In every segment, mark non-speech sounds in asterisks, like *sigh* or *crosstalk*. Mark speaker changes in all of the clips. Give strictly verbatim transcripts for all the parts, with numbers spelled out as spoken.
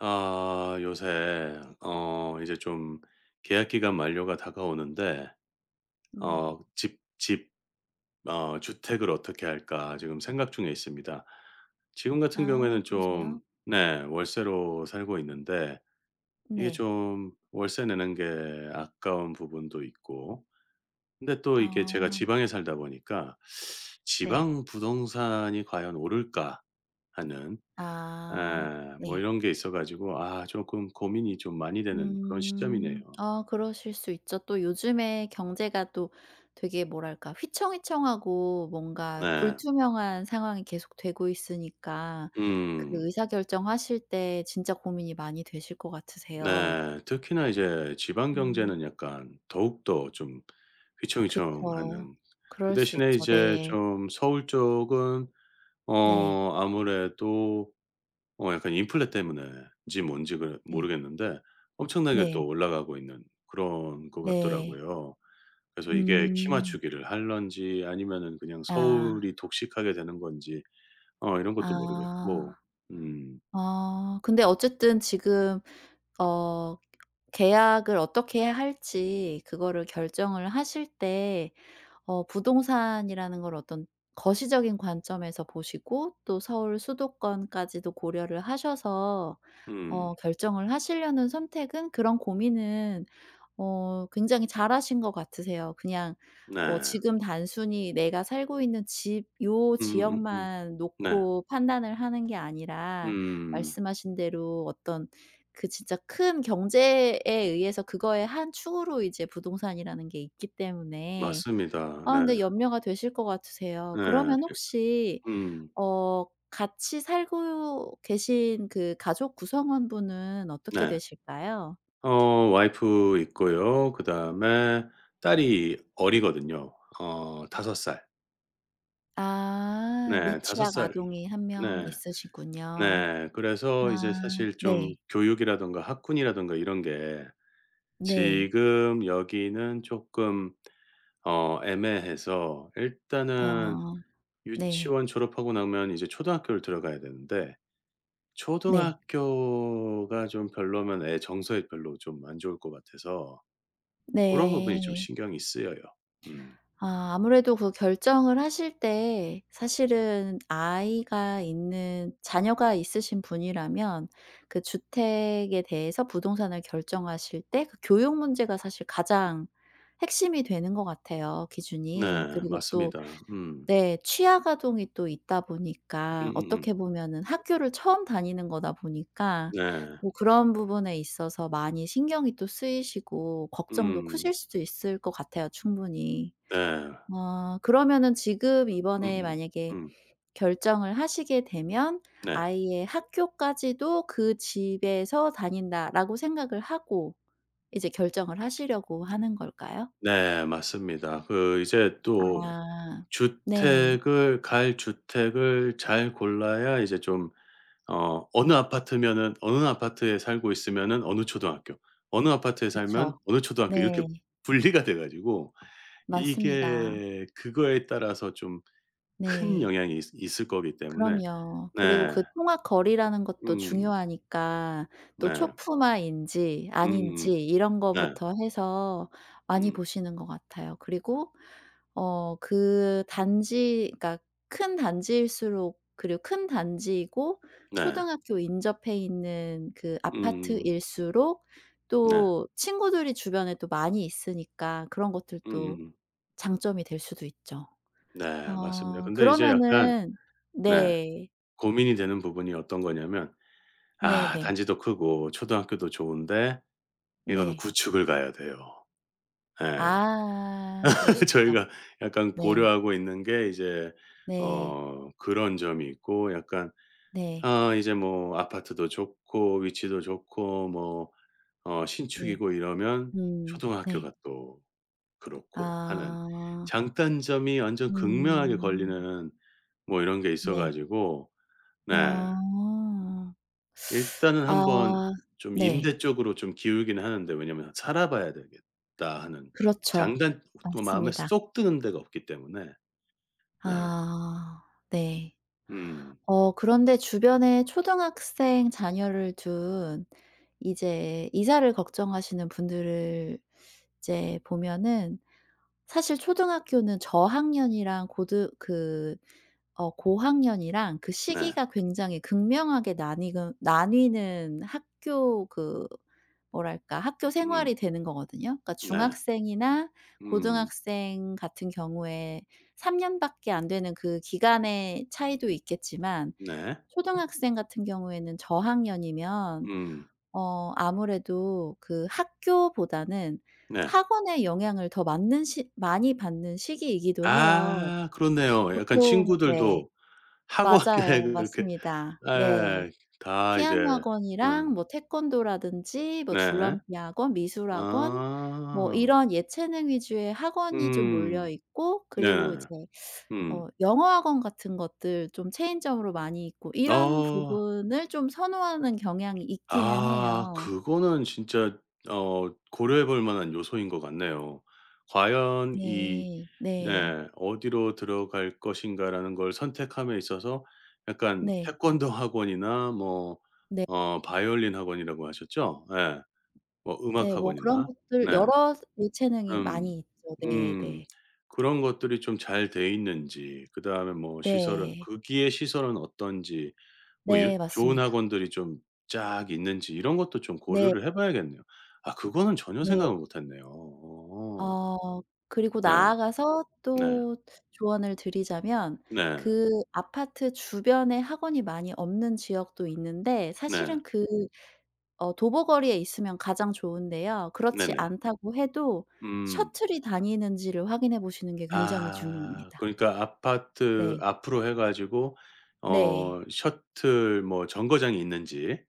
Speaker 1: 아 요새 어 이제 좀 계약 기간 만료가 다가오는데
Speaker 2: 네.
Speaker 1: 어 집 집 어 주택을 어떻게 할까 지금 생각 중에 있습니다. 지금 같은
Speaker 2: 아,
Speaker 1: 경우에는 좀
Speaker 2: 그러세요?
Speaker 1: 네 월세로 살고 있는데 이게
Speaker 2: 네.
Speaker 1: 좀 월세 내는 게 아까운 부분도 있고 근데 또 이게 제가
Speaker 2: 아,
Speaker 1: 지방에 살다 보니까
Speaker 2: 네.
Speaker 1: '지방 부동산이 과연 오를까?' 하는
Speaker 2: 아,
Speaker 1: 예. 뭐
Speaker 2: 네.
Speaker 1: 이런 게 있어 가지고 아 조금 고민이 좀 많이 되는 그런 시점이네요.
Speaker 2: 음. 아, 그러실 수 있죠. 또 요즘에 경제가 또 되게 뭐랄까 휘청휘청하고 뭔가
Speaker 1: 네.
Speaker 2: 불투명한 상황이 계속 되고 있으니까 그
Speaker 1: 음.
Speaker 2: 의사결정하실 때 진짜 고민이 많이 되실 것 같으세요.
Speaker 1: 네. 특히나 이제 지방 경제는
Speaker 2: 음.
Speaker 1: 약간 더욱더 좀
Speaker 2: 그쵸.
Speaker 1: 휘청휘청하는 그
Speaker 2: 그럴 수
Speaker 1: 대신에
Speaker 2: 있죠.
Speaker 1: 이제
Speaker 2: 네.
Speaker 1: 좀 서울 쪽은
Speaker 2: 네.
Speaker 1: 어 아무래도 어 약간 인플레 때문에인지 뭔지 그
Speaker 2: 네.
Speaker 1: 모르겠는데 엄청나게 또
Speaker 2: 네.
Speaker 1: 올라가고 있는 그런 것
Speaker 2: 네.
Speaker 1: 같더라고요. 그래서 이게 키
Speaker 2: 음.
Speaker 1: 맞추기를 할런지 아니면은 그냥
Speaker 2: 아.
Speaker 1: 서울이 독식하게 되는 건지 어 이런 것도 모르겠고.
Speaker 2: 아.
Speaker 1: 음.
Speaker 2: 아. 근데 어쨌든 지금 어 계약을 어떻게 할지 그거를 결정을 하실 때 어 부동산이라는 걸 어떤 거시적인 관점에서 보시고 또 서울 수도권까지도 고려를 하셔서
Speaker 1: 음.
Speaker 2: 어 결정을 하시려는 선택은 그런 고민은 어 굉장히 잘하신 것 같으세요. 그냥 뭐
Speaker 1: 네.
Speaker 2: 지금 단순히 내가 살고 있는 집 요
Speaker 1: 음음음음.
Speaker 2: 지역만
Speaker 1: 네.
Speaker 2: 놓고 판단을 하는 게 아니라
Speaker 1: 음.
Speaker 2: 말씀하신 대로 어떤 그 진짜 큰 경제에 의해서 그거의 한 축으로 이제 부동산이라는 게 있기 때문에.
Speaker 1: 맞습니다.
Speaker 2: 아,
Speaker 1: 네.
Speaker 2: 근데 염려가 되실 것 같으세요.
Speaker 1: 네. 예
Speaker 2: 그러면 혹시
Speaker 1: 음.
Speaker 2: 어 같이 살고 계신 그 가족 구성원분은 어떻게
Speaker 1: 네.
Speaker 2: 되실까요?
Speaker 1: 어 와이프 있고요. 그다음에 딸이 어리거든요. 어 다섯 살.
Speaker 2: 아,
Speaker 1: 네 다섯
Speaker 2: 미취학
Speaker 1: 살
Speaker 2: 아동이 한 명
Speaker 1: 네.
Speaker 2: 있으시군요.
Speaker 1: 네. 그래서 이제
Speaker 2: 아,
Speaker 1: 사실 좀
Speaker 2: 네.
Speaker 1: 교육이라든가 학군이라든가 이런 게
Speaker 2: 네.
Speaker 1: 지금 여기는 조금 어 애매해서 일단은
Speaker 2: 아, 네.
Speaker 1: 유치원 졸업하고 나면 이제 초등학교를 들어가야 되는데
Speaker 2: 네.
Speaker 1: 초등학교가 좀 별로면 애 정서에 별로 좀 안 좋을 것 같아서 그런 부분이 좀
Speaker 2: 네.
Speaker 1: 신경이 쓰여요. 음.
Speaker 2: 아, 아무래도 그 결정을 하실 때 사실은 아이가 있는 자녀가 있으신 분이라면 그 주택에 대해서 부동산을 결정하실 때 그 교육 문제가 사실 가장 핵심이 되는 것 같아요 기준이.
Speaker 1: 네.
Speaker 2: 그리고 또
Speaker 1: 맞습니다. 음.
Speaker 2: 네, 취학 아동이 또 있다 보니까
Speaker 1: 음음음.
Speaker 2: 어떻게 보면은 학교를 처음 다니는 거다 보니까
Speaker 1: 네.
Speaker 2: 뭐 그런 부분에 있어서 많이 신경이 또 쓰이시고 걱정도
Speaker 1: 음.
Speaker 2: 크실 수도 있을 것 같아요 충분히.
Speaker 1: 네.
Speaker 2: 어 그러면은 지금
Speaker 1: 음음.
Speaker 2: 이번에
Speaker 1: 음.
Speaker 2: 만약에
Speaker 1: 음.
Speaker 2: 결정을 하시게 되면
Speaker 1: 네.
Speaker 2: 아이의 학교까지도 '그 집에서 다닌다.'라고 생각을 하고 이제 결정을 하시려고 하는 걸까요?
Speaker 1: 네. 맞습니다. 그 이제 또
Speaker 2: 아. 네.
Speaker 1: 주택을 갈 주택을 잘 골라야 이제 좀 어 어느 아파트면은 어느 아파트에 살고 있으면은 어느 초등학교, 어느 아파트에 살면
Speaker 2: 그쵸.
Speaker 1: 어느 초등학교 이렇게
Speaker 2: 네.
Speaker 1: 분리가 돼 가지고
Speaker 2: 맞습니다.
Speaker 1: 이게 그거에 따라서 좀 큰
Speaker 2: 네.
Speaker 1: 영향이 있 있을 거기 때문에
Speaker 2: 그럼요. 그리고
Speaker 1: 네.
Speaker 2: 그 통학 거리라는 것도
Speaker 1: 음.
Speaker 2: 중요하니까 또
Speaker 1: 네.
Speaker 2: 초품화인지
Speaker 1: 음
Speaker 2: 아닌지 이런
Speaker 1: 네,
Speaker 2: 거부터 해서 많이
Speaker 1: 음
Speaker 2: 보시는 것 같아요. 그리고 어 그 단지 그러니까 큰 단지일수록 그리고 큰 단지이고
Speaker 1: 네. 음. 네.
Speaker 2: 초등학교 인접해 있는 그
Speaker 1: 음음.
Speaker 2: 아파트일수록
Speaker 1: 네.
Speaker 2: 또 친구들이 주변에 또 많이 있으니까 그런 것들도
Speaker 1: 음음음.
Speaker 2: 장점이 될 수도 있죠.
Speaker 1: 네. 맞습니다.
Speaker 2: 어
Speaker 1: 근데 이제 약간
Speaker 2: 그러면은
Speaker 1: 네
Speaker 2: 네.
Speaker 1: 고민이 되는 부분이 어떤 거냐면
Speaker 2: 네네.
Speaker 1: 아
Speaker 2: 네.
Speaker 1: 단지도 크고 초등학교도 좋은데 이거는
Speaker 2: 네.
Speaker 1: 구축을 가야 돼요. 예.
Speaker 2: 아, 그럴 수
Speaker 1: *laughs*
Speaker 2: 있죠.
Speaker 1: 저희가 약간
Speaker 2: 네.
Speaker 1: 고려하고 있는 게 이제
Speaker 2: 네.
Speaker 1: 어 그런 점이 있고 약간
Speaker 2: 네.
Speaker 1: 아 이제 뭐 아파트도 좋고 위치도 좋고 뭐 어
Speaker 2: 네.
Speaker 1: 신축이고 이러면
Speaker 2: 음. 네.
Speaker 1: 초등학교가 또 그렇고 하는
Speaker 2: 아.
Speaker 1: 장단점이 완전 극명하게
Speaker 2: 음.
Speaker 1: 걸리는 뭐 이런 게 있어
Speaker 2: 네.
Speaker 1: 가지고 네.
Speaker 2: 어.
Speaker 1: 일단은 한번
Speaker 2: 아,
Speaker 1: 좀
Speaker 2: 네.
Speaker 1: 임대 쪽으로 좀 기울기는 하는데 왜냐면 '살아 봐야 되겠다.' 하는
Speaker 2: 그렇죠.
Speaker 1: 장단 또 마음에
Speaker 2: 맞습니다.
Speaker 1: 쏙 드는 데가 없기 때문에. 네.
Speaker 2: 아, 네.
Speaker 1: 음.
Speaker 2: 어 그런데 주변에 초등학생 자녀를 둔 이제 이사를 걱정하시는 분들을 이제 보면은 사실 초등학교는 저학년이랑 고등 그 어 고학년이랑 그
Speaker 1: 네.
Speaker 2: 시기가 굉장히 극명하게 나뉘 나뉘는 학교 그 뭐랄까 학교
Speaker 1: 음.
Speaker 2: 생활이 되는 거거든요. 그러니까
Speaker 1: 네.
Speaker 2: 중학생이나
Speaker 1: 음.
Speaker 2: 고등학생 같은 경우에 삼 년밖에 안 되는 그 기간의 차이도 있겠지만
Speaker 1: 네.
Speaker 2: 초등학생 같은 경우에는 저학년이면
Speaker 1: 음.
Speaker 2: 어 아무래도 그 학교보다는
Speaker 1: 네.
Speaker 2: 학원의 영향을 더 맞는 시 많이 받는 시기이기도 해요.
Speaker 1: 아 그렇네요. 약간
Speaker 2: 보통 네.
Speaker 1: 친구들도 학원에
Speaker 2: 맞아요.
Speaker 1: *laughs* 그렇게
Speaker 2: 맞습니다.
Speaker 1: 예.
Speaker 2: 네.
Speaker 1: 다 이제
Speaker 2: 피아노
Speaker 1: 음
Speaker 2: 학원이랑 뭐 태권도라든지 뭐
Speaker 1: 네.
Speaker 2: 줄넘기 학원, 미술 학원 뭐
Speaker 1: 아.
Speaker 2: 이런 예체능 위주의 학원이 좀 몰려
Speaker 1: 음.
Speaker 2: 있고
Speaker 1: 네.
Speaker 2: 그리고 이제
Speaker 1: 음.
Speaker 2: 어 영어 학원 같은 것들 좀 체인점으로 많이 있고 이런
Speaker 1: 어.
Speaker 2: 부분을 좀 선호하는 경향이 있기는
Speaker 1: 아
Speaker 2: 해요.
Speaker 1: 그거는 진짜 어 고려해 볼 만한 요소인 것 같네요. 과연 이
Speaker 2: 네. 네.
Speaker 1: 네 '어디로 들어갈 것인가.'라는 걸 선택함에 있어서 약간
Speaker 2: 네.
Speaker 1: 태권도 학원이나 뭐
Speaker 2: 네.
Speaker 1: 어 바이올린 학원이라고 하셨죠? 예. 뭐 음악
Speaker 2: 네. 뭐 그런
Speaker 1: 학원이나
Speaker 2: 것들
Speaker 1: 네.
Speaker 2: 여러 예체능이
Speaker 1: 음.
Speaker 2: 많이 있죠. 네.
Speaker 1: 음.
Speaker 2: 네.
Speaker 1: 그런 것들이 좀 잘 돼 있는지 그다음에 뭐 시설은
Speaker 2: 네.
Speaker 1: 거기에 시설은 어떤지 뭐 일
Speaker 2: 네
Speaker 1: 좋은
Speaker 2: 맞습니다.
Speaker 1: 학원들이 좀 쫙 있는지 이런 것도 좀
Speaker 2: 네.
Speaker 1: 고려를 해 봐야겠네요. 아 그거는 전혀
Speaker 2: 네.
Speaker 1: 생각을 못 했네요. 어.
Speaker 2: 어 그리고
Speaker 1: 네.
Speaker 2: 나아가서
Speaker 1: 네.
Speaker 2: 또 조언을 드리자면
Speaker 1: 네.
Speaker 2: 그 아파트 주변에 학원이 많이 없는 지역도 있는데
Speaker 1: 네.
Speaker 2: 사실은 그 어 도보거리에 있으면 가장 좋은데요. 그렇지
Speaker 1: 네네.
Speaker 2: 않다고 해도
Speaker 1: 음.
Speaker 2: 셔틀이 다니는지를 확인해 보시는 게 굉장히
Speaker 1: 아
Speaker 2: 중요합니다.
Speaker 1: 그러니까 아파트
Speaker 2: 네.
Speaker 1: 앞으로 해 가지고 어
Speaker 2: 네.
Speaker 1: 셔틀 뭐 정거장이 있는지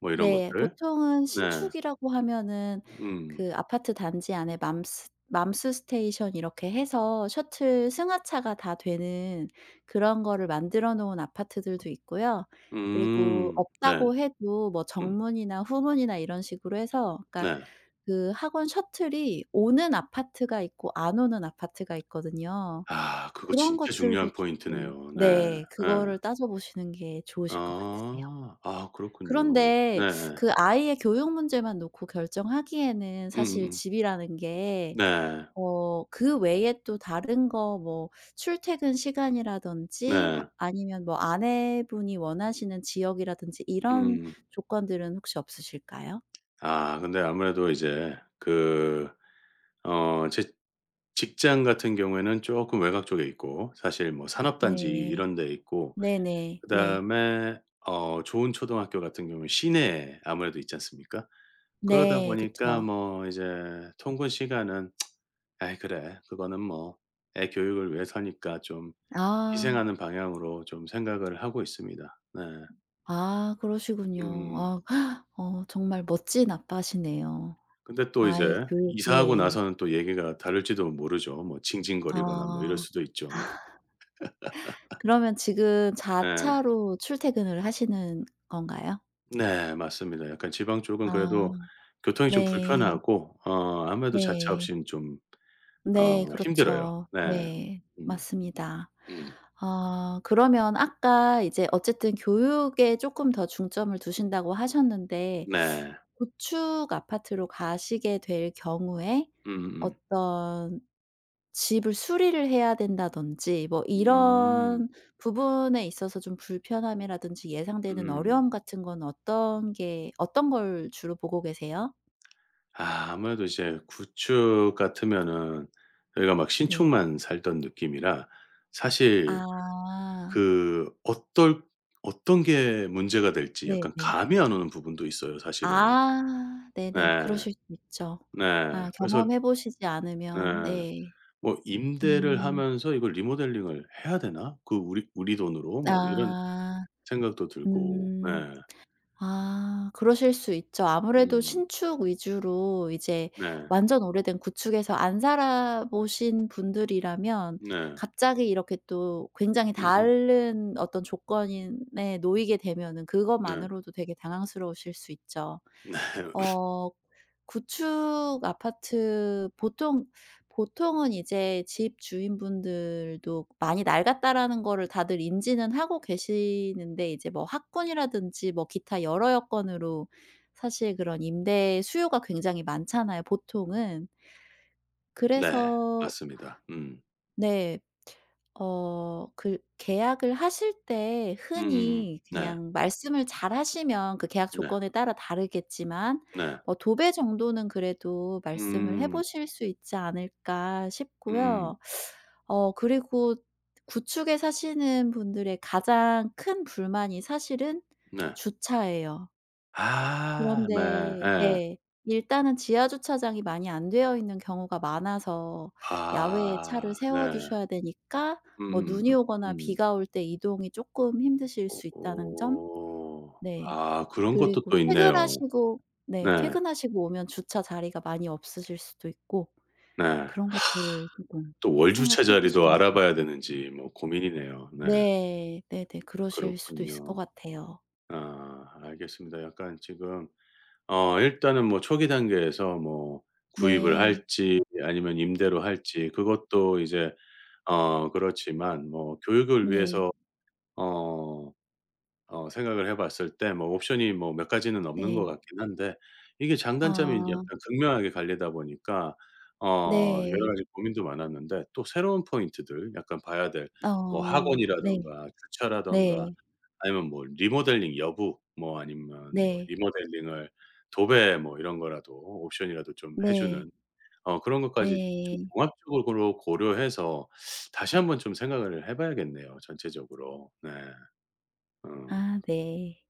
Speaker 1: 뭐 이런
Speaker 2: 네.
Speaker 1: 것들.
Speaker 2: 보통은
Speaker 1: 네.
Speaker 2: 신축이라고 하면은
Speaker 1: 음.
Speaker 2: 그 아파트 단지 안에 맘스 맘스 스테이션 이렇게 해서 셔틀 승하차가 다 되는 그런 거를 만들어 놓은 아파트들도 있고요. 그리고
Speaker 1: 음. 네.
Speaker 2: 없다고 해도 뭐
Speaker 1: 음.
Speaker 2: 정문이나 후문이나 이런 식으로 해서 그러니까
Speaker 1: 네.
Speaker 2: 그 학원 셔틀이 오는 아파트가 있고 안 오는 아파트가 있거든요.
Speaker 1: 아 그거
Speaker 2: 그런
Speaker 1: 진짜
Speaker 2: 것들도
Speaker 1: 중요한
Speaker 2: 쪼끔
Speaker 1: 포인트네요. 네.
Speaker 2: 네,
Speaker 1: 예.
Speaker 2: 그거를 따져 보시는 게 좋으실 것 같으세요.
Speaker 1: 아. 아 그렇군요.
Speaker 2: 그런데
Speaker 1: 네네.
Speaker 2: 그 아이의 교육 문제만 놓고 결정하기에는 사실
Speaker 1: 음음음.
Speaker 2: 집이라는 게
Speaker 1: 네.
Speaker 2: 어 그 외에 또 다른 거 뭐 출퇴근 시간이라든지 하
Speaker 1: 네.
Speaker 2: 아니면 뭐 아내분이 원하시는 지역이라든지 이런
Speaker 1: 음.
Speaker 2: 조건들은 혹시 없으실까요?
Speaker 1: 아 근데 아무래도 이제 그 어 제 직장 같은 경우에는 쪼끔 외곽 쪽에 있고 사실 뭐 산업단지
Speaker 2: 네.
Speaker 1: 이런 데 있고
Speaker 2: 네네. 네.
Speaker 1: 그다음에 어 좋은 초등학교 같은 경우는 시내에 아무래도 있지 않습니까? 그러다
Speaker 2: 네.
Speaker 1: 보니까
Speaker 2: 그쵸.
Speaker 1: 뭐 이제 통근 시간은 '아이 그래. 그거는 뭐 애 교육을 위해서니까 좀'
Speaker 2: 아.
Speaker 1: 희생하는 방향으로 좀 생각을 하고 있습니다. 네.
Speaker 2: 아, 그러시군요.
Speaker 1: 음.
Speaker 2: 아. 어 정말 멋진 아빠시네요.
Speaker 1: 근데 또
Speaker 2: 아이
Speaker 1: 이제
Speaker 2: 교육
Speaker 1: 이사하고
Speaker 2: 네.
Speaker 1: 나서는 또 얘기가 다를지도 모르죠. 뭐 징징거리거나 뭐 이럴
Speaker 2: 아.
Speaker 1: 수도 있죠.
Speaker 2: 그러면 지금
Speaker 1: 네.
Speaker 2: 자차로 출퇴근을 하시는 건가요?
Speaker 1: 네 맞습니다. 약간 지방 쪽은
Speaker 2: 아,
Speaker 1: 그래도 교통이 좀
Speaker 2: 네.
Speaker 1: 불편하고 어 아무래도 자차
Speaker 2: 네.
Speaker 1: 없이는 좀
Speaker 2: 네
Speaker 1: 어 힘들어요.
Speaker 2: 그렇죠.
Speaker 1: 네.
Speaker 2: 네.
Speaker 1: 음.
Speaker 2: 맞습니다.
Speaker 1: 음.
Speaker 2: 어 그러면 아까 이제 어쨌든 교육에 쪼끔 더 중점을 두신다고 하셨는데
Speaker 1: 네.
Speaker 2: 고축 아파트로 가시게 될 경우에
Speaker 1: 음음.
Speaker 2: 어떤 집을 수리를 해야 된다든지 뭐
Speaker 1: 음. 음.
Speaker 2: 이런 부분에 있어서 좀 불편함이라든지 예상되는
Speaker 1: 음.
Speaker 2: 어려움 같은 건 어떤 게 어떤 걸 주로 보고 계세요?
Speaker 1: 아 아무래도 이제 구축 같으면은 저희가 막
Speaker 2: 네.
Speaker 1: 신축만 살던 느낌이라 사실
Speaker 2: 아.
Speaker 1: 그 어떨 어떤 게 문제가 될지 약간
Speaker 2: 네네.
Speaker 1: 감이 안 오는 부분도 있어요 사실은.
Speaker 2: 아, 네네.
Speaker 1: 네.
Speaker 2: 그러실 수 있죠.
Speaker 1: 네.
Speaker 2: 아,
Speaker 1: 그래서
Speaker 2: 경험해 보시지 않으면
Speaker 1: 네.
Speaker 2: 네.
Speaker 1: 뭐 '임대를
Speaker 2: 음.
Speaker 1: 하면서 이걸 리모델링을 해야 되나? 그 우리 우리 돈으로?' 막 이런
Speaker 2: 아.
Speaker 1: 생각도 들고. 네.
Speaker 2: 음. 아, 그러실 수 있죠. 아무래도
Speaker 1: 음.
Speaker 2: 신축 위주로 이제
Speaker 1: 네.
Speaker 2: 완전 오래된 구축에서 안 살아보신 분들이라면
Speaker 1: 네.
Speaker 2: 갑자기 이렇게 또 굉장히
Speaker 1: 음음.
Speaker 2: 다른 어떤 조건에 놓이게 되면은
Speaker 1: 네.
Speaker 2: 그것만으로도 되게 당황스러우실 수 있죠.
Speaker 1: 네. *laughs*
Speaker 2: 어 구축 아파트 보통 보통은 이제 집 주인분들도 많이 낡았다라는 거를 다들 인지는 하고 계시는데 이제 뭐 학군이라든지 뭐 기타 여러 여건으로 사실 그런 임대 수요가 굉장히 많잖아요 보통은.
Speaker 1: 네.
Speaker 2: 그래서
Speaker 1: 맞습니다. 음.
Speaker 2: 네, 어 그 계약을 하실 때
Speaker 1: 음음음.
Speaker 2: 흔히
Speaker 1: 네.
Speaker 2: 그냥 말씀을 잘 하시면 그 계약
Speaker 1: 네.
Speaker 2: 조건에 따라 다르겠지만
Speaker 1: 네.
Speaker 2: 뭐 두 배 정도는 그래도 말씀을 해
Speaker 1: 음.
Speaker 2: 보실 수 있지 않을까
Speaker 1: 음.
Speaker 2: 싶고요. 어 그리고 구축에 사시는 분들의 가장 큰 불만이 사실은
Speaker 1: 네.
Speaker 2: 주차예요.
Speaker 1: 아 네.
Speaker 2: 그런데
Speaker 1: 예.
Speaker 2: 네, 일단은 지하 주차장이 많이 안 되어 있는 경우가 많아서 야외에
Speaker 1: 아
Speaker 2: 차를
Speaker 1: 네.
Speaker 2: 세워 두셔야 되니까 뭐
Speaker 1: 음음음음.
Speaker 2: 눈이
Speaker 1: 음.
Speaker 2: 오거나
Speaker 1: 음.
Speaker 2: 비가 올 때 이동이 쪼끔 힘드실 수 있다는 점.
Speaker 1: 오.
Speaker 2: 네.
Speaker 1: 아 그런 것도
Speaker 2: 그리고
Speaker 1: 또 있네요.
Speaker 2: 퇴근하시고 네
Speaker 1: 네.
Speaker 2: 퇴근하시고 오면 주차 자리가 많이 없으실 수도 있고
Speaker 1: 네.
Speaker 2: 그런 것들을 쪼금
Speaker 1: 또 월 주차
Speaker 2: 생각해
Speaker 1: 자리도
Speaker 2: 보시는 게
Speaker 1: 알아봐야 되는지 뭐 고민이네요. 네.
Speaker 2: 네. 네네. 그러실 수도 있을 것
Speaker 1: 그렇군요.
Speaker 2: 같아요.
Speaker 1: 아 알겠습니다. 약간 지금 어 일단은 뭐 초기 단계에서 뭐 구입을
Speaker 2: 네.
Speaker 1: 할지 아니면 임대로 할지 그것도 이제 어 그렇지만 뭐 교육을
Speaker 2: 네.
Speaker 1: 위해서 어 어 생각을 해 봤을 때 뭐 옵션이 뭐 몇 가지는 없는 것
Speaker 2: 네.
Speaker 1: 같긴 한데 이게 장단점이 이제
Speaker 2: 아,
Speaker 1: 약간 극명하게 갈리다 보니까 어 여러
Speaker 2: 네.
Speaker 1: 가지 고민도 많았는데 또 새로운 포인트들 약간 봐야 될 뭐
Speaker 2: 어 네.
Speaker 1: 학원이라든가 주차라든가
Speaker 2: 네.
Speaker 1: 아니면 뭐 리모델링 여부 뭐 아니면 뭐
Speaker 2: 네.
Speaker 1: 리모델링을 도배 뭐 이런 거라도 옵션이라도 좀 해
Speaker 2: 네.
Speaker 1: 주는 어 그런 것까지 좀
Speaker 2: 네.
Speaker 1: 종합적으로 고려해서 다시 한번 좀 생각을 해 봐야겠네요 전체적으로. 네. 어.
Speaker 2: 아, 네.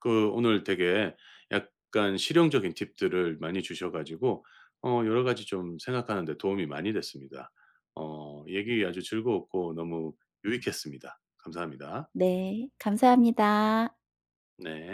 Speaker 1: 그 오늘 되게 약간 실용적인 팁들을 많이 주셔 가지고 어 여러 가지 좀 생각하는 데 도움이 많이 됐습니다. 어 얘기 아주 즐거웠고 너무 유익했습니다. 감사합니다.
Speaker 2: 네. 감사합니다.
Speaker 1: 네.